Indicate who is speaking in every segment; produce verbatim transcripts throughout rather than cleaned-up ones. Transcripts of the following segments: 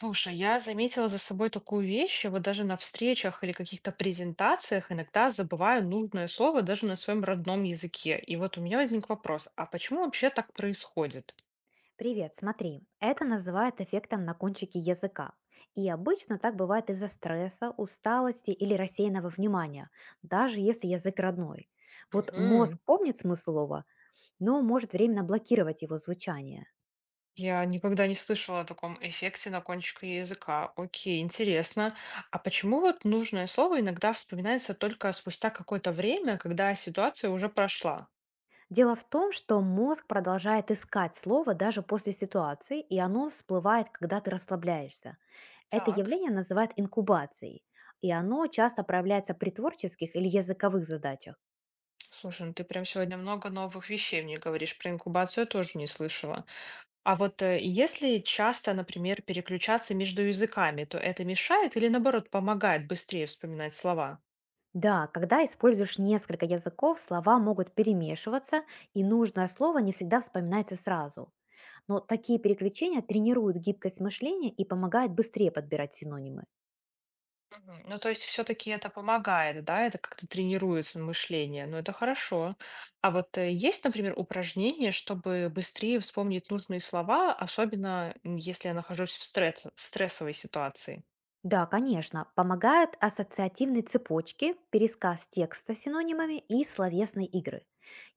Speaker 1: Слушай, я заметила за собой такую вещь, я вот даже на встречах или каких-то презентациях иногда забываю нужное слово даже на своем родном языке. И вот у меня возник вопрос, а почему вообще так происходит?
Speaker 2: Привет, смотри, это называют эффектом на кончике языка. И обычно так бывает из-за стресса, усталости или рассеянного внимания, даже если язык родной. Вот мозг
Speaker 1: Мгм.
Speaker 2: помнит смысл слова, но может временно блокировать его звучание.
Speaker 1: Я никогда не слышала о таком эффекте на кончике языка. Окей, интересно. А почему вот нужное слово иногда вспоминается только спустя какое-то время, когда ситуация уже прошла?
Speaker 2: Дело в том, что мозг продолжает искать слово даже после ситуации, и оно всплывает, когда ты расслабляешься. Это
Speaker 1: Так.
Speaker 2: явление называют инкубацией, и оно часто проявляется при творческих или языковых задачах.
Speaker 1: Слушай, ну ты прям сегодня много новых вещей мне говоришь. Про инкубацию я тоже не слышала. А вот э, если часто, например, переключаться между языками, то это мешает или наоборот помогает быстрее вспоминать слова?
Speaker 2: Да, когда используешь несколько языков, слова могут перемешиваться, и нужное слово не всегда вспоминается сразу. Но такие переключения тренируют гибкость мышления и помогают быстрее подбирать синонимы.
Speaker 1: Мгм. Ну, то есть все-таки это помогает, да, это как-то тренируется мышление, но это хорошо. А вот э, есть, например, упражнение, чтобы быстрее вспомнить нужные слова, особенно м, если я нахожусь в стресс- в стрессовой ситуации?
Speaker 2: Да, конечно, помогают ассоциативные цепочки, пересказ текста с синонимами и словесные игры.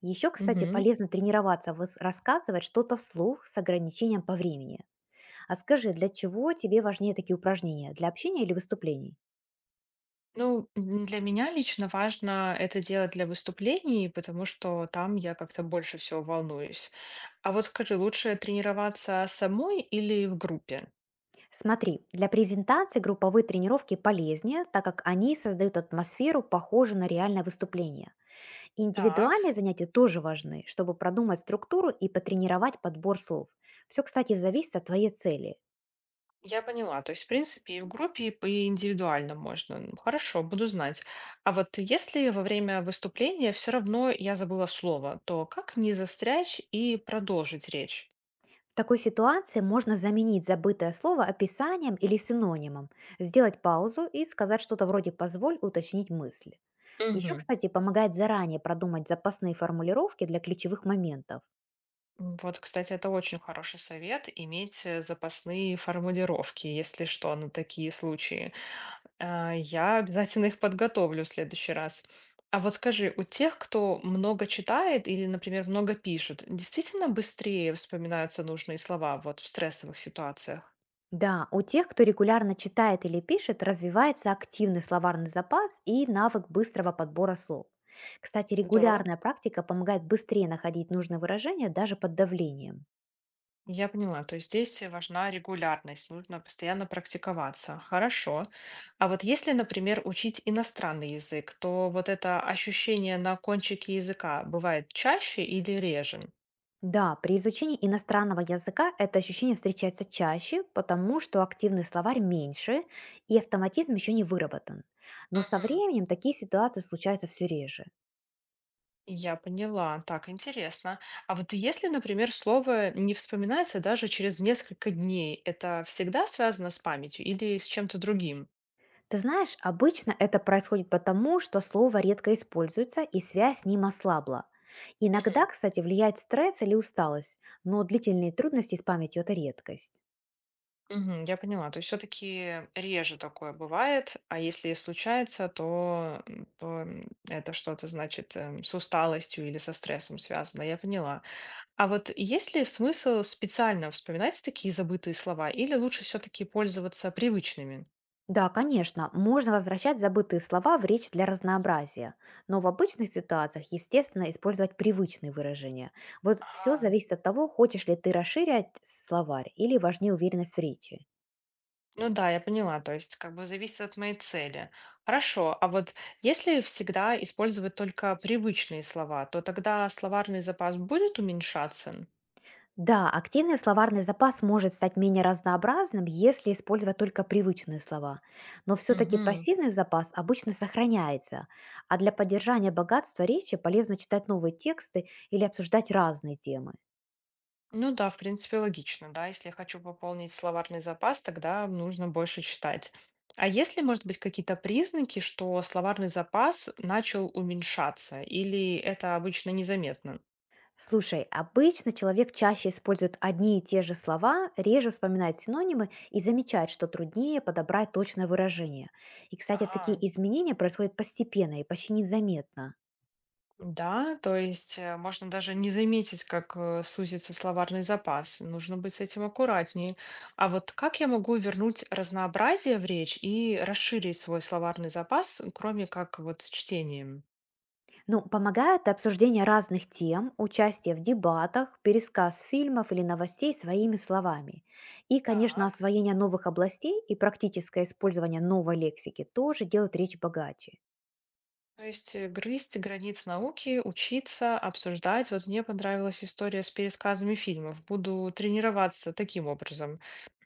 Speaker 2: Еще, кстати,
Speaker 1: Мгм.
Speaker 2: полезно тренироваться выс- рассказывать что-то вслух с ограничением по времени. А скажи, для чего тебе важнее такие упражнения? Для общения или выступлений?
Speaker 1: Ну, м, для меня лично важно это делать для выступлений, потому что там я как-то больше всего волнуюсь. А вот скажи, лучше тренироваться самой или в группе?
Speaker 2: Смотри, для презентации групповые тренировки полезнее, так как они создают атмосферу, похожую на реальное выступление.
Speaker 1: Так,
Speaker 2: Индивидуальные занятия тоже важны, чтобы продумать структуру и потренировать подбор слов. Все, кстати, зависит от твоей цели.
Speaker 1: я поняла. То есть, в принципе, и в группе, и п- и индивидуально можно. Ну, хорошо, буду знать. А вот если во время выступления все равно я забыла слово, то как не застрять и продолжить речь?
Speaker 2: В такой ситуации можно заменить забытое слово описанием или синонимом, сделать паузу и сказать что-то вроде «позволь уточнить мысль». Еще,
Speaker 1: Мгм.
Speaker 2: кстати, помогает заранее продумать запасные формулировки для ключевых моментов.
Speaker 1: М, Вот, кстати, это очень хороший совет иметь э, запасные формулировки, если что, на такие случаи. А, Я обязательно их подготовлю в следующий раз. А вот скажи, у тех, кто много читает или, например, много пишет, действительно быстрее вспоминаются нужные слова вот в стрессовых ситуациях?
Speaker 2: Да, у тех, кто регулярно читает или пишет, развивается активный словарный запас и навык быстрого подбора слов. Кстати,
Speaker 1: Здорово.
Speaker 2: регулярная практика помогает быстрее находить нужные выражения даже под давлением.
Speaker 1: Я поняла, то есть здесь важна регулярность, нужно постоянно практиковаться. Хорошо. А вот если, например, учить иностранный язык, то вот это ощущение на кончике языка бывает чаще или реже?
Speaker 2: Да, при изучении иностранного языка это ощущение встречается чаще, потому что активный словарь меньше и автоматизм еще не выработан. Но со
Speaker 1: Мгм.
Speaker 2: временем такие ситуации случаются все реже.
Speaker 1: Я поняла. Так, интересно. А вот если, например, слово не вспоминается даже через несколько дней, это всегда связано с памятью или с чем-то другим?
Speaker 2: Ты знаешь, обычно это происходит потому, что слово редко используется и связь с ним ослабла. Иногда, кстати, влияет стресс или усталость, но длительные трудности с памятью– это редкость.
Speaker 1: Мгм, я поняла. То есть все-таки реже такое бывает, а если и случается, то, м, то м, это что-то значит эм, с усталостью или со стрессом связано. Я поняла. А вот есть ли смысл специально вспоминать такие забытые слова или лучше все-таки пользоваться привычными?
Speaker 2: Да, конечно, можно возвращать забытые слова в речь для разнообразия, но в обычных ситуациях, естественно, использовать привычные выражения. Вот все
Speaker 1: Ага.
Speaker 2: зависит от того, хочешь ли ты расширять словарь или важнее уверенность в речи.
Speaker 1: Ну да, я поняла. То есть как бы зависит от моей цели. Хорошо. А вот если всегда использовать только привычные слова, то тогда словарный запас будет уменьшаться?
Speaker 2: Да, активный словарный запас может стать менее разнообразным, если использовать только привычные слова. Но все-таки
Speaker 1: Мгм.
Speaker 2: пассивный запас обычно сохраняется. А для поддержания богатства речи полезно читать новые тексты или обсуждать разные темы.
Speaker 1: Ну да, в принципе, логично, да. Если я хочу пополнить словарный запас, тогда нужно больше читать. А есть ли, может быть, какие-то признаки, что словарный запас начал уменьшаться, или это обычно незаметно?
Speaker 2: Слушай, обычно человек чаще использует одни и те же слова, реже вспоминает синонимы и замечает, что труднее подобрать точное выражение. И, кстати, такие
Speaker 1: Ага.
Speaker 2: изменения происходят постепенно и почти незаметно.
Speaker 1: Да, то есть э, можно даже не заметить, как э, сузится словарный запас. Нужно быть с этим аккуратнее. А вот как я могу вернуть разнообразие в речь и расширить свой словарный запас, кроме как вот с чтением?
Speaker 2: Ну, помогает обсуждение разных тем, участие в дебатах, пересказ фильмов или новостей своими словами. И, конечно,
Speaker 1: Так.
Speaker 2: освоение новых областей и практическое использование новой лексики тоже делают речь богаче.
Speaker 1: То есть э, грызть границы науки, учиться, обсуждать. Вот мне понравилась история с пересказами фильмов. Буду тренироваться таким образом.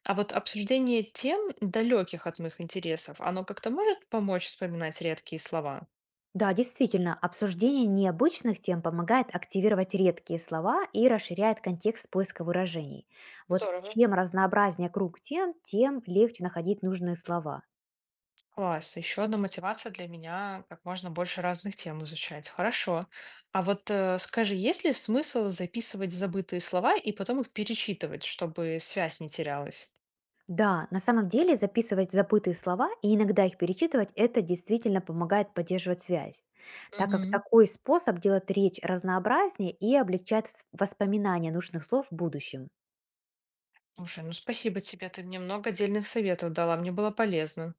Speaker 1: А вот обсуждение тем, далеких от моих интересов, оно как-то может помочь вспоминать редкие слова?
Speaker 2: Да, действительно, обсуждение необычных тем помогает активировать редкие слова и расширяет контекст поиска выражений. Вот
Speaker 1: Здорово.
Speaker 2: чем разнообразнее круг тем, тем легче находить нужные слова.
Speaker 1: Класс. Еще одна мотивация для меня, как можно больше разных тем изучать. Хорошо. А вот э, скажи, есть ли смысл записывать забытые слова и потом их перечитывать, чтобы связь не терялась?
Speaker 2: Да, на самом деле записывать забытые слова и иногда их перечитывать, это действительно помогает поддерживать связь, так как
Speaker 1: Мгм.
Speaker 2: такой способ делает речь разнообразнее и облегчает вс- воспоминания нужных слов в будущем.
Speaker 1: Слушай, ну спасибо тебе, ты мне много отдельных советов дала, мне было полезно.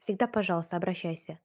Speaker 2: Всегда, пожалуйста, обращайся.